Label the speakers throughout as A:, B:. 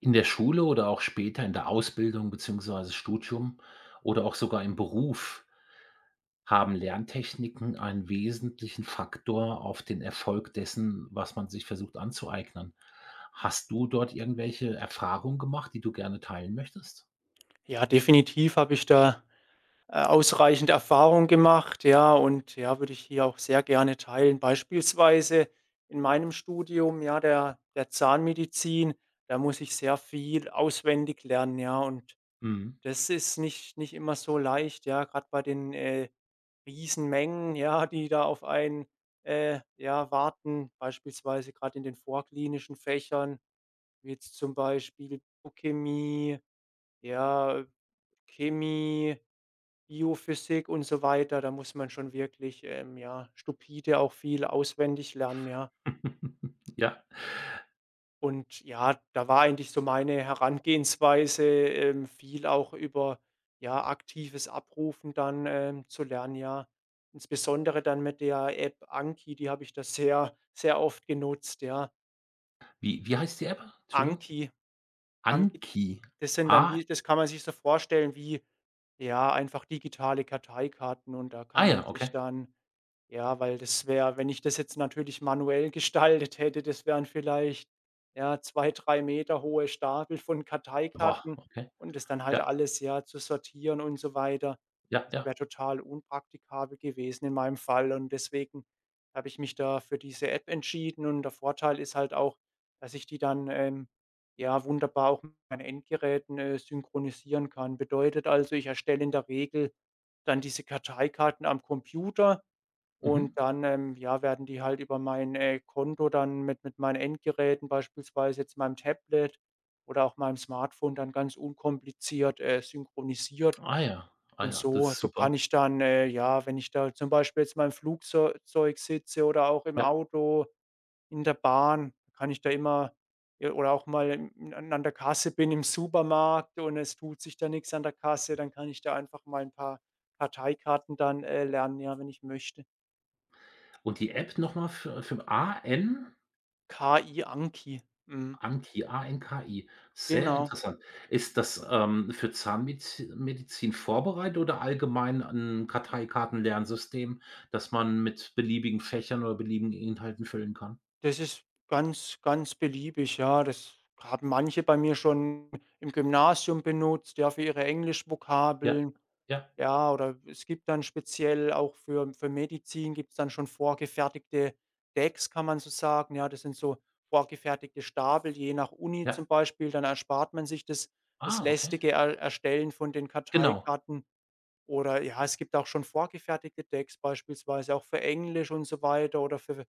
A: In der Schule oder auch später in der Ausbildung beziehungsweise Studium oder auch sogar im Beruf haben Lerntechniken einen wesentlichen Faktor auf den Erfolg dessen, was man sich versucht anzueignen. Hast du dort irgendwelche Erfahrungen gemacht, die du gerne teilen möchtest?
B: Ja, definitiv habe ich da, ausreichend Erfahrung gemacht, ja, und ja, würde ich hier auch sehr gerne teilen. Beispielsweise in meinem Studium, ja, der Zahnmedizin, da muss ich sehr viel auswendig lernen, ja, und
A: Mhm.
B: das ist nicht immer so leicht, ja, gerade bei den, Riesenmengen, ja, die da auf einen, ja, warten, beispielsweise gerade in den vorklinischen Fächern, wie jetzt zum Beispiel Biochemie, ja, Chemie, Biophysik und so weiter. Da muss man schon wirklich, ja, stupide auch viel auswendig lernen, ja.
A: Ja.
B: Und ja, da war eigentlich so meine Herangehensweise, viel auch über, ja, aktives Abrufen dann, zu lernen, ja. Insbesondere dann mit der App Anki, die habe ich da sehr, sehr oft genutzt, ja.
A: Wie heißt die App? Entschuldigung?
B: Anki, Anki.
A: Anki.
B: Das sind dann
A: Ah
B: wie das kann man sich so vorstellen wie, ja, einfach digitale Karteikarten, und da
A: ah
B: kann man
A: ja,
B: sich
A: okay.
B: dann, ja, weil das wäre, wenn ich das jetzt natürlich manuell gestaltet hätte, das wären vielleicht, ja, 2, 3 Meter hohe Stapel von
A: Boah,
B: Karteikarten,
A: okay.
B: und das dann halt
A: Ja,
B: alles, ja, zu sortieren und so weiter.
A: ja,
B: Das wäre
A: ja.
B: total unpraktikabel gewesen in meinem Fall, und deswegen habe ich mich da für diese App entschieden, und der Vorteil ist halt auch, dass ich die dann, ja, wunderbar auch mit meinen Endgeräten, synchronisieren kann. Bedeutet also, ich erstelle in der Regel dann diese Karteikarten am Computer,
A: Mhm.
B: und dann, ja, werden die halt über mein, Konto dann mit meinen Endgeräten, beispielsweise jetzt meinem Tablet oder auch meinem Smartphone, dann ganz unkompliziert, synchronisiert.
A: Ah ja, ah
B: Und
A: ja, das
B: so
A: ist
B: so
A: super.
B: kann ich dann, ja, wenn ich da zum Beispiel jetzt mal im Flugzeu sitze oder auch im
A: Ja.
B: Auto, in der Bahn, kann ich da immer, ja, oder auch mal in an der Kasse bin im Supermarkt und es tut sich da nichts an der Kasse, dann kann ich da einfach mal ein paar Parteikarten dann, lernen, ja, wenn ich möchte.
A: Und die App nochmal für AN
B: KI, Anki, mhm,
A: Anki, Anki. Sehr
B: genau.
A: interessant. Ist das, für Zahnmedizin vorbereitet oder allgemein ein Karteikartenlernsystem, das man mit beliebigen Fächern oder beliebigen Inhalten füllen kann?
B: Das ist ganz, ganz beliebig, ja. Das haben manche bei mir schon im Gymnasium benutzt, ja, für ihre
A: Ja,
B: Englischvokabeln.
A: ja,
B: Ja, oder es gibt dann speziell auch für Medizin gibt es dann schon vorgefertigte Decks, kann man so sagen. Ja, das sind so vorgefertigte Stapel, je nach Uni
A: ja.
B: zum Beispiel. Dann erspart man sich das
A: Ah, okay.
B: lästige Er Erstellen von den
A: Genau.
B: Karteikarten. Oder ja, es gibt auch schon vorgefertigte Decks, beispielsweise auch für Englisch und so weiter oder für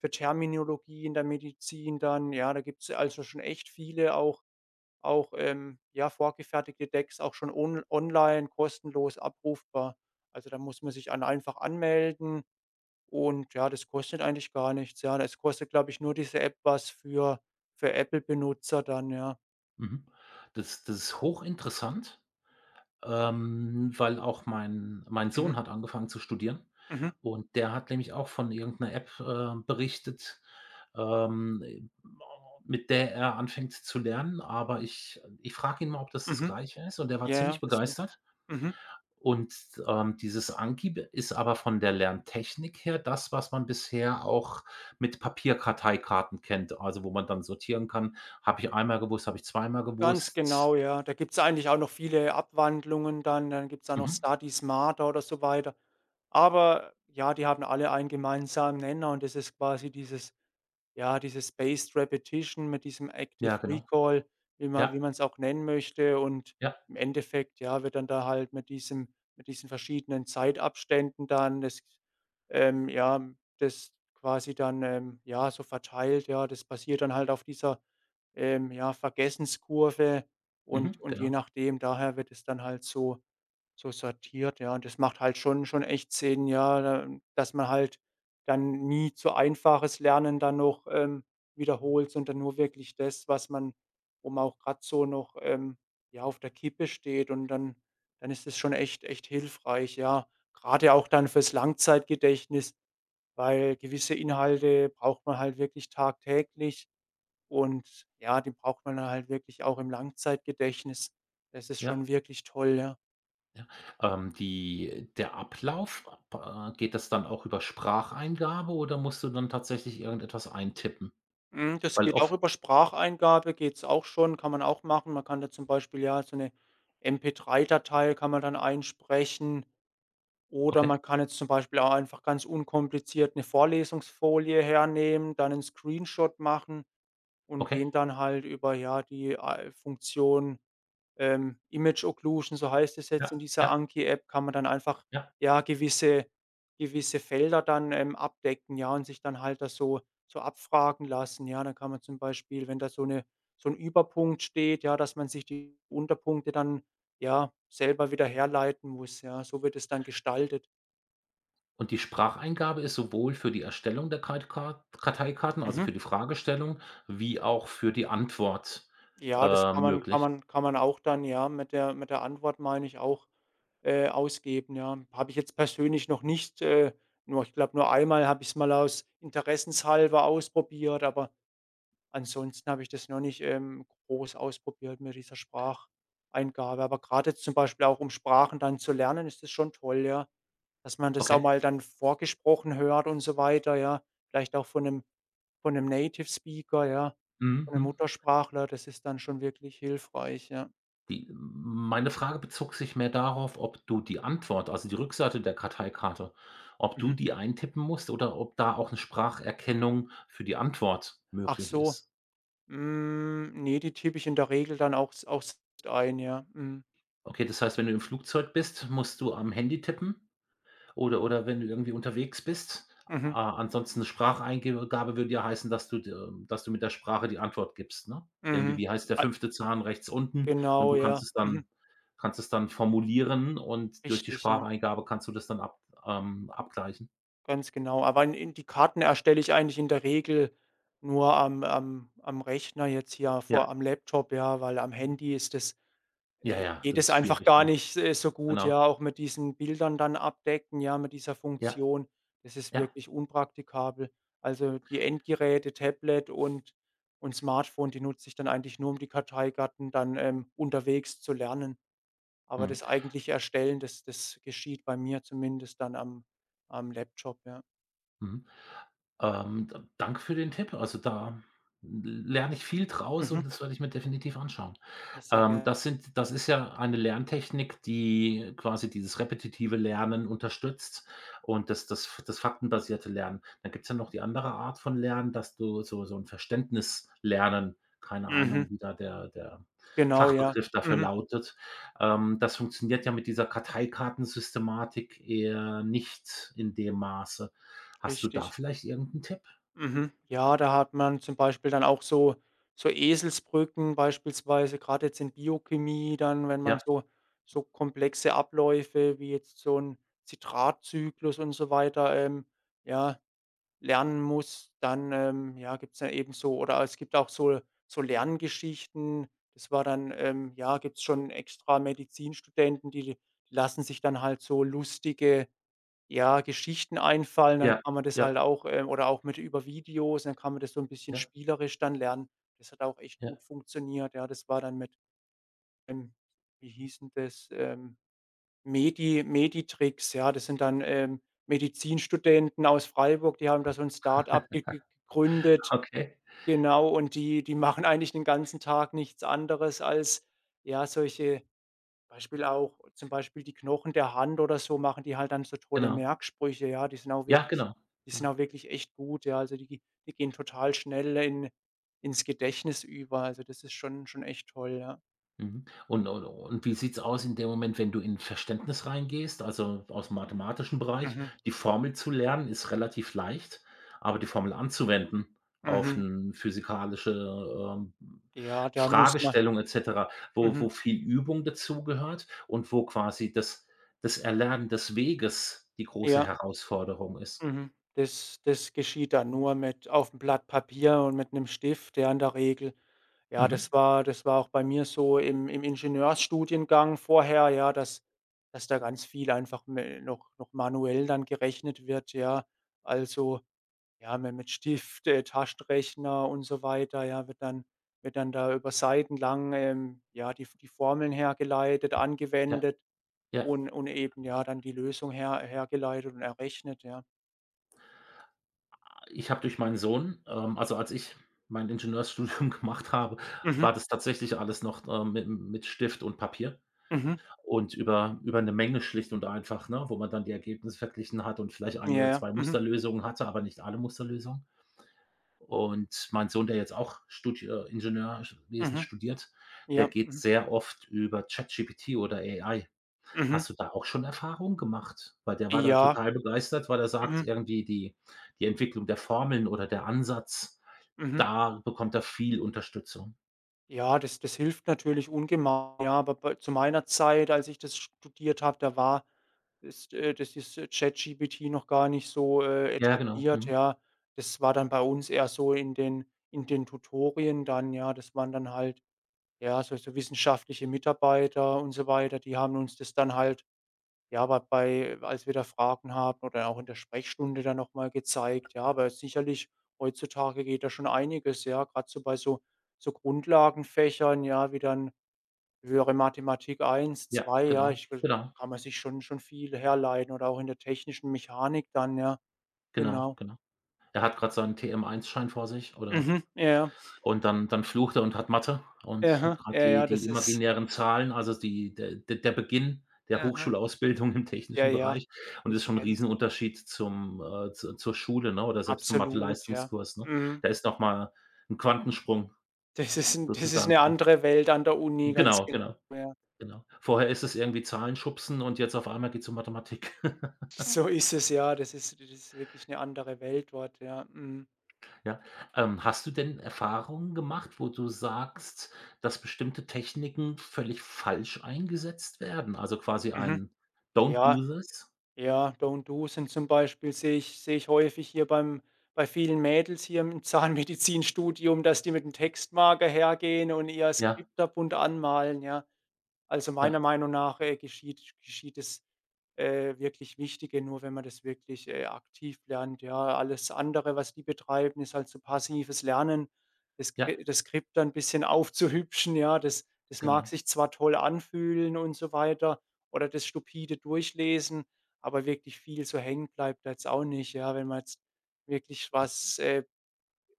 B: für Terminologie in der Medizin dann. Ja, da gibt es also schon echt viele auch, ja, vorgefertigte Decks auch schon on online kostenlos abrufbar. Also, da muss man sich an einfach anmelden, und ja, das kostet eigentlich gar nichts. Ja, das kostet, glaube ich, nur diese App was für Apple-Benutzer dann, ja.
A: Mhm. Das ist hochinteressant. Weil auch mein
B: Mhm,
A: Sohn hat angefangen zu studieren,
B: mhm,
A: und der hat nämlich auch von irgendeiner App, berichtet, e mit der er anfängt zu lernen, aber ich frage ihn mal, ob das das
B: mhm.
A: Gleiche ist, und er war
B: Ja,
A: ziemlich
B: ja, das wär,
A: begeistert.
B: mhm,
A: Und dieses Anki ist aber von der Lerntechnik her das, was man bisher auch mit Papierkarteikarten kennt, also wo man dann sortieren kann: „Habe ich einmal gewusst, habe ich zweimal
B: ganz genau,
A: gewusst?"
B: ja. Da gibt es eigentlich auch noch viele Abwandlungen dann. Dann gibt es da noch
A: Mhm.
B: Study Smarter oder so weiter. Aber ja, die haben alle einen gemeinsamen Nenner, und das ist quasi dieses, ja, diese Spaced Repetition mit diesem Active
A: Ja, genau.
B: Recall, wie
A: Ja,
B: man es auch nennen möchte, und
A: ja.
B: im Endeffekt, ja, wird dann da halt mit diesem mit diesen verschiedenen Zeitabständen dann das, ja, das quasi dann, ja, so verteilt, ja. Das basiert dann halt auf dieser, ja, Vergessenskurve, und
A: Mhm,
B: je
A: genau,
B: nachdem, daher wird es dann halt so sortiert, ja. Und das macht halt schon echt Sinn, ja, da, dass man halt dann nie zu einfaches Lernen dann noch, wiederholt, sondern nur wirklich das, was man, wo man auch gerade so noch, ja, auf der Kippe steht, und dann ist es schon echt hilfreich, ja. Gerade auch dann fürs Langzeitgedächtnis, weil gewisse Inhalte braucht man halt wirklich tagtäglich, und ja, die braucht man dann halt wirklich auch im Langzeitgedächtnis. Das ist
A: ja.
B: schon wirklich toll, ja.
A: Die der Ablauf, geht das dann auch über Spracheingabe oder musst du dann tatsächlich irgendetwas eintippen?
B: Hm, das
A: Weil
B: geht auch
A: oft
B: über Spracheingabe, geht's auch schon, kann man auch machen. Man kann da zum Beispiel, ja, so 'ne MP3-Datei kann man dann einsprechen, oder
A: Okay,
B: man kann jetzt zum Beispiel auch einfach ganz unkompliziert 'ne Vorlesungsfolie hernehmen, dann 'nen Screenshot machen und
A: okay,
B: den dann halt über, ja, die, Funktion, Image Occlusion, so heißt es jetzt in
A: ja,
B: dieser
A: ja,
B: Anki-App, kann man dann einfach,
A: ja.
B: ja, gewisse Felder dann, abdecken, ja, und sich dann halt das so abfragen lassen. Ja, dann kann man zum Beispiel, wenn da so eine, so ein Überpunkt steht, ja, dass man sich die Unterpunkte dann, ja, selber wieder herleiten muss, ja. So wird es dann gestaltet.
A: Und die Spracheingabe ist sowohl für die Erstellung der Karteikarten, also für
B: Mhm.
A: die Fragestellung, wie auch für die Antwort
B: Ja, das kann man, kann
A: möglich?
B: man kann man auch dann, ja, mit der, mit der Antwort, meine ich, auch, ausgeben, ja. Habe ich jetzt persönlich noch nicht, nur ich glaube, nur einmal habe ich's mal aus interessenshalber ausprobiert, aber ansonsten habe ich das noch nicht, groß ausprobiert mit dieser Spracheingabe. Aber gerade jetzt zum Beispiel auch, um Sprachen dann zu lernen, ist das schon toll, ja, dass man das auch
A: Okay.
B: mal dann vorgesprochen hört und so weiter, ja. Vielleicht auch von 'nem, von 'nem Native Speaker, ja,
A: Mhm,
B: von 'nem
A: mhm.
B: Muttersprachler, das ist dann schon wirklich hilfreich, ja.
A: Die meine Frage bezog sich mehr darauf, ob du die Antwort, also die Rückseite der Karteikarte, ob du
B: Mhm.
A: die eintippen musst oder ob da auch 'ne Spracherkennung für die Antwort
B: Ach
A: möglich
B: so,
A: ist.
B: hm, ne, die tippe ich in der Regel dann auch s auch selbst ein, ja. Mhm.
A: Okay, das heißt, wenn du im Flugzeug bist, musst du am Handy tippen? Oder wenn du irgendwie unterwegs bist.
B: Mhm.
A: A ansonsten 'ne Spracheingabe würde ja heißen, dass du mit der Sprache die Antwort gibst, ne? Irgendwie,
B: Mhm.
A: wie heißt der
B: Ah,
A: fünfte Zahn rechts unten? Und
B: genau,
A: du kannst
B: ja.
A: es
B: Mhm.
A: dann kannst es dann formulieren, und durch die
B: Richtig, ja.
A: Spracheingabe kannst du das dann ab abgleichen.
B: Ganz genau, aber in die Karten erstelle ich eigentlich in der Regel nur am Rechner jetzt hier
A: Ja,
B: vor am Laptop, ja, weil am Handy ist das,
A: ja, ja,
B: geht
A: das
B: es
A: ist
B: einfach
A: schwierig,
B: gar
A: ne?
B: nicht, so gut,
A: Genau.
B: ja, auch mit diesen Bildern dann abdecken, ja, mit dieser
A: Ja,
B: Funktion. Das ist
A: ja.
B: wirklich unpraktikabel. Also, die Endgeräte, Tablet und Smartphone, die nutze ich dann eigentlich nur, um die Karteikarten dann, unterwegs zu lernen. Aber
A: Mhm.
B: das eigentliche Erstellen, das geschieht bei mir zumindest dann am Laptop, ja.
A: Mhm. D danke für den Tipp. Also, da lerne ich viel draus,
B: Mhm.
A: und das werde ich mir definitiv anschauen.
B: Ja, sehr
A: Ähm,
B: gerne.
A: das sind das ist ja eine Lerntechnik, die quasi dieses repetitive Lernen unterstützt, und das faktenbasierte Lernen. Dann gibt's ja noch die andere Art von Lernen, dass du so 'n Verständnislernen, keine
B: Mhm.
A: Ahnung, wie da der
B: Genau, ja.
A: Fachbegriff dafür
B: Mhm.
A: lautet. Das funktioniert ja mit dieser Karteikartensystematik eher nicht in dem Maße. Hast du da
B: Richtig.
A: vielleicht irgend 'n Tipp?
B: Mhm. Ja, da hat man zum Beispiel dann auch so Eselsbrücken beispielsweise, gerade jetzt in Biochemie dann, wenn man
A: Ja,
B: so komplexe Abläufe wie jetzt so ein Zitratzyklus und so weiter, ja, lernen muss, dann, ja, gibt's dann eben so, oder es gibt auch so Lerngeschichten. Das war dann, ja, gibt's schon extra Medizinstudenten, die, die lassen sich dann halt so lustige, ja, Geschichten einfallen, dann
A: ja,
B: kann man das
A: ja,
B: halt auch, oder auch mit, über Videos, dann kann man das so ein bisschen
A: ja,
B: spielerisch dann lernen. Das hat auch echt
A: ja,
B: gut funktioniert, ja. Das war dann mit, ähm wie hießen das? Meditricks, ja. Das sind dann, Medizinstudenten aus Freiburg, die haben da so ein Start-up ge ge gegründet,
A: okay,
B: genau, und die machen eigentlich den ganzen Tag nichts anderes als, ja, solche, Beispiel auch zum Beispiel die Knochen der Hand oder so, machen die halt dann so tolle
A: genau.
B: Merksprüche, ja.
A: Ja, genau,
B: Die sind
A: genau.
B: auch wirklich echt gut, ja. Also, die gehen total schnell in ins Gedächtnis über. Also, das ist schon echt toll, ja.
A: Mhm. Und wie sieht's aus in dem Moment, wenn du in Verständnis reingehst, also aus'm mathematischen Bereich?
B: Mhm,
A: Die Formel zu lernen ist relativ leicht, aber die Formel anzuwenden auf
B: mhm.
A: 'n physikalische, ähm,
B: Ja, da muss man,
A: Fragestellung et cetera, wo
B: mhm,
A: wo viel Übung dazugehört und wo quasi das Erlernen des Weges die große
B: ja.
A: Herausforderung ist.
B: Mhm. Das geschieht dann nur mit, auf aufm Blatt Papier und mit 'nem Stift, ja, in der Regel. Ja,
A: Mhm.
B: das war auch bei mir so im Ingenieursstudiengang vorher, ja, dass da ganz viel einfach me noch noch manuell dann gerechnet wird, ja. Also, ja, mi mit Stift, Taschenrechner und so weiter, ja, wird dann, da über seitenlang, ja, die Formeln hergeleitet,
A: Ja.
B: angewendet
A: Ja,
B: und eben, ja, dann die Lösung hergeleitet und errechnet, ja.
A: ich habe durch meinen Sohn, also, als ich mein Ingenieursstudium gemacht habe,
B: Mhm.
A: war das tatsächlich alles noch, mit Stift und Papier
B: Mhm.
A: und über eine Menge schlicht und einfach, ne, wo man dann die Ergebnisse verglichen hat und vielleicht
B: Ja,
A: ein oder
B: ja.
A: 2
B: Mhm.
A: Musterlösungen hatte, aber nicht alle Musterlösungen. Und mein Sohn, der jetzt auch Studi Ingenieurwesen
B: Mhm.
A: studiert, der
B: Ja.
A: geht
B: Mhm.
A: sehr oft über ChatGPT oder AI.
B: Mhm.
A: Hast du da auch schon Erfahrung gemacht? Weil der war da
B: Ja.
A: total begeistert, weil er sagt,
B: Mhm.
A: irgendwie die Entwicklung der Formeln oder der Ansatz,
B: Mhm.
A: da bekommt er viel Unterstützung.
B: Ja, das hilft natürlich ungemein. Ja, aber bei, zu meiner Zeit, als ich das studiert habe, da war, ist, das ist, ChatGPT noch gar nicht so,
A: Ja, genau.
B: etabliert,
A: Mhm.
B: ja. Das war dann bei uns eher so in den Tutorien dann, ja. Das waren dann halt, ja, so, wissenschaftliche Mitarbeiter und so weiter, die haben uns das dann halt, ja, aber bei, als wir da Fragen haben oder auch in der Sprechstunde dann noch mal gezeigt, ja, aber sicherlich heutzutage geht da schon einiges, ja, gerade so bei so Grundlagenfächern, ja, wie dann höhere Mathematik eins
A: Ja,
B: zwei ja,
A: genau,
B: ich g
A: genau,
B: kann man sich schon viel herleiten oder auch in der technischen Mechanik dann, ja,
A: genau,
B: genau.
A: genau. Er hat gerade seinen TM1-Schein vor sich, oder?
B: Mhm, ja, ja.
A: Und dann flucht er und hat Mathe und hat
B: Ja,
A: gerade die
B: ja,
A: die
B: das ist,
A: imaginären Zahlen, also die der der der Beginn der
B: aha,
A: Hochschulausbildung im
B: ja,
A: technischen
B: ja,
A: Bereich, und das ist
B: ich
A: schon ein
B: kenns.
A: Riesenunterschied zum zu zur Schule, ne, oder selbst zum
B: Absolut, ja.
A: Mathe-Leistungskurs, ne?
B: Mhm.
A: Da ist nochmal ein Quantensprung
B: Das ist ein das ist
A: sozusagen
B: eine
A: drin.
B: andere Welt an der Uni, ganz
A: Genau,
B: genau,
A: genau,
B: ja.
A: genau. Vorher ist es irgendwie Zahlen schubsen, und jetzt auf einmal geht's um Mathematik.
B: So ist es, ja. Das ist wirklich eine andere Welt dort, ja. Mhm.
A: Ja. Hast du denn Erfahrungen gemacht, wo du sagst, dass bestimmte Techniken völlig falsch eingesetzt werden? Also quasi
B: Mhm.
A: ein „Don't do
B: Ja,
A: this"?
B: ja, Don't Do sind zum Beispiel, sehe ich häufig hier bei vielen Mädels hier im Zahnmedizinstudium, dass die mit 'm Textmarker hergehen und ihr
A: Ja,
B: Skript da bunt anmalen, ja. Also,
A: ja,
B: meiner Meinung nach, geschieht das, wirklich Wichtige nur, wenn man das wirklich, aktiv lernt, ja. Alles andere, was die betreiben, ist halt so passives Lernen.
A: ja,
B: Das Skript dann ein bisschen aufzuhübschen, ja, das mag
A: genau.
B: sich zwar toll anfühlen und so weiter oder das stupide Durchlesen, aber wirklich viel so hängen bleibt da jetzt auch nicht, ja. Wenn man jetzt wirklich was,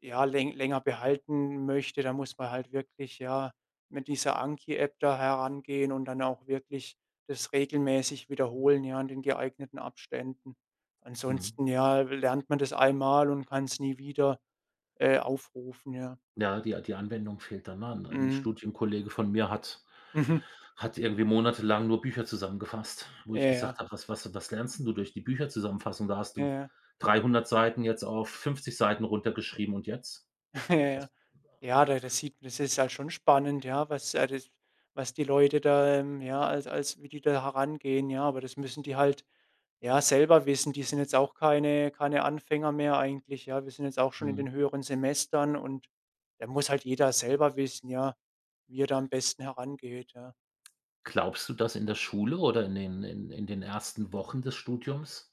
B: ja, länger behalten möchte, dann muss man halt wirklich, ja, mit dieser Anki-App da herangehen und dann auch wirklich das regelmäßig wiederholen, ja, in den geeigneten Abständen.
A: Mhm.
B: Ansonsten, ja, lernt man das einmal und kann es nie wieder, aufrufen, ja.
A: Ja, die Anwendung fehlt dann, ne? 'N
B: Mhm.
A: Studienkollege von mir hat hat irgendwie monatelang nur Bücher zusammengefasst, wo
B: Mhm.
A: ich
B: Ja,
A: gesagt
B: ja,
A: habe: „Was lernst 'n du durch die Bücherzusammenfassung? Da hast du
B: ja,
A: 300 Seiten jetzt auf 50 Seiten runtergeschrieben, und jetzt?"
B: ja, ja, ja. Ja, da, das ist halt schon spannend, ja, was, ja, das, was die Leute da, ja, als wie die da herangehen, ja, aber das müssen die halt, ja, selber wissen, die sind jetzt auch keine Anfänger mehr eigentlich, ja. Wir sind jetzt auch schon in
A: Mhm.
B: den höheren Semestern und da muss halt jeder selber wissen, ja, wie er da am besten herangeht, ja.
A: Glaubst du, dass in der Schule oder in den ersten Wochen des Studiums,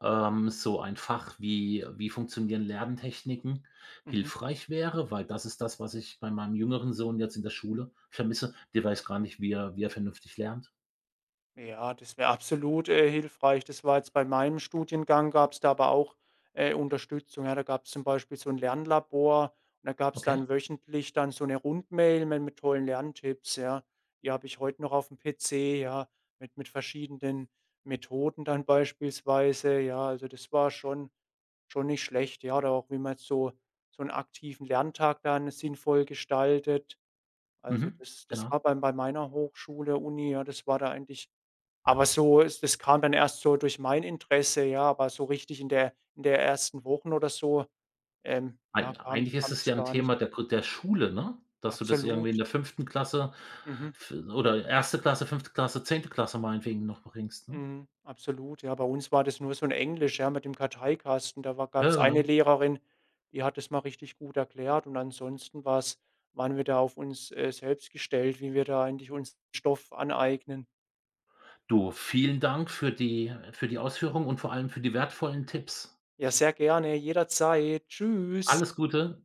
A: so ein Fach wie wie funktionieren Lerntechniken
B: Mhm.
A: hilfreich wäre? Weil das ist das, was ich bei meinem jüngeren Sohn jetzt in der Schule vermisse. Der weiß gar nicht, wie er vernünftig lernt.
B: Ja, das wäre absolut, hilfreich. Das war jetzt bei meinem Studiengang, gab es da aber auch, Unterstützung. Ja, da gab es zum Beispiel so ein Lernlabor, und da gab es
A: Okay.
B: dann wöchentlich dann so eine Rundmail mit, tollen Lerntipps, ja. Die habe ich heute noch auf aufm PC, ja, mit, verschiedenen Methoden dann beispielsweise, ja. Also, das war schon nicht schlecht, ja. Oder auch, wie man jetzt so, einen aktiven Lerntag dann sinnvoll gestaltet. Also,
A: Mhm.
B: das
A: Genau.
B: war bei, meiner Hochschule, Uni, ja, das war da eigentlich, aber so es, das kam dann erst so durch mein Interesse, ja, aber so richtig in der, ersten Wochen oder so, ja,
A: Eig
B: kam
A: eigentlich ist
B: kam
A: es
B: das
A: ja ein
B: gar nicht.
A: Thema der Schule, ne? Dass du das irgendwie in
B: Absolut.
A: der fünften Klasse,
B: Mhm,
A: f oder erste Klasse, fünfte Klasse, zehnte Klasse meinetwegen noch bringst, ne?
B: mhm, absolut. Ja, bei uns war das nur so ein Englisch, ja, mit dem Karteikasten. Da war
A: Ja,
B: es eine
A: genau.
B: Lehrerin, die hat das mal richtig gut erklärt, und ansonsten war's waren wir da auf uns, selbst gestellt, wie wir da eigentlich uns Stoff aneignen.
A: Du, vielen Dank für die Ausführungen und vor allem für die wertvollen Tipps.
B: Ja, sehr gerne, jederzeit. Tschüss.
A: Alles Gute.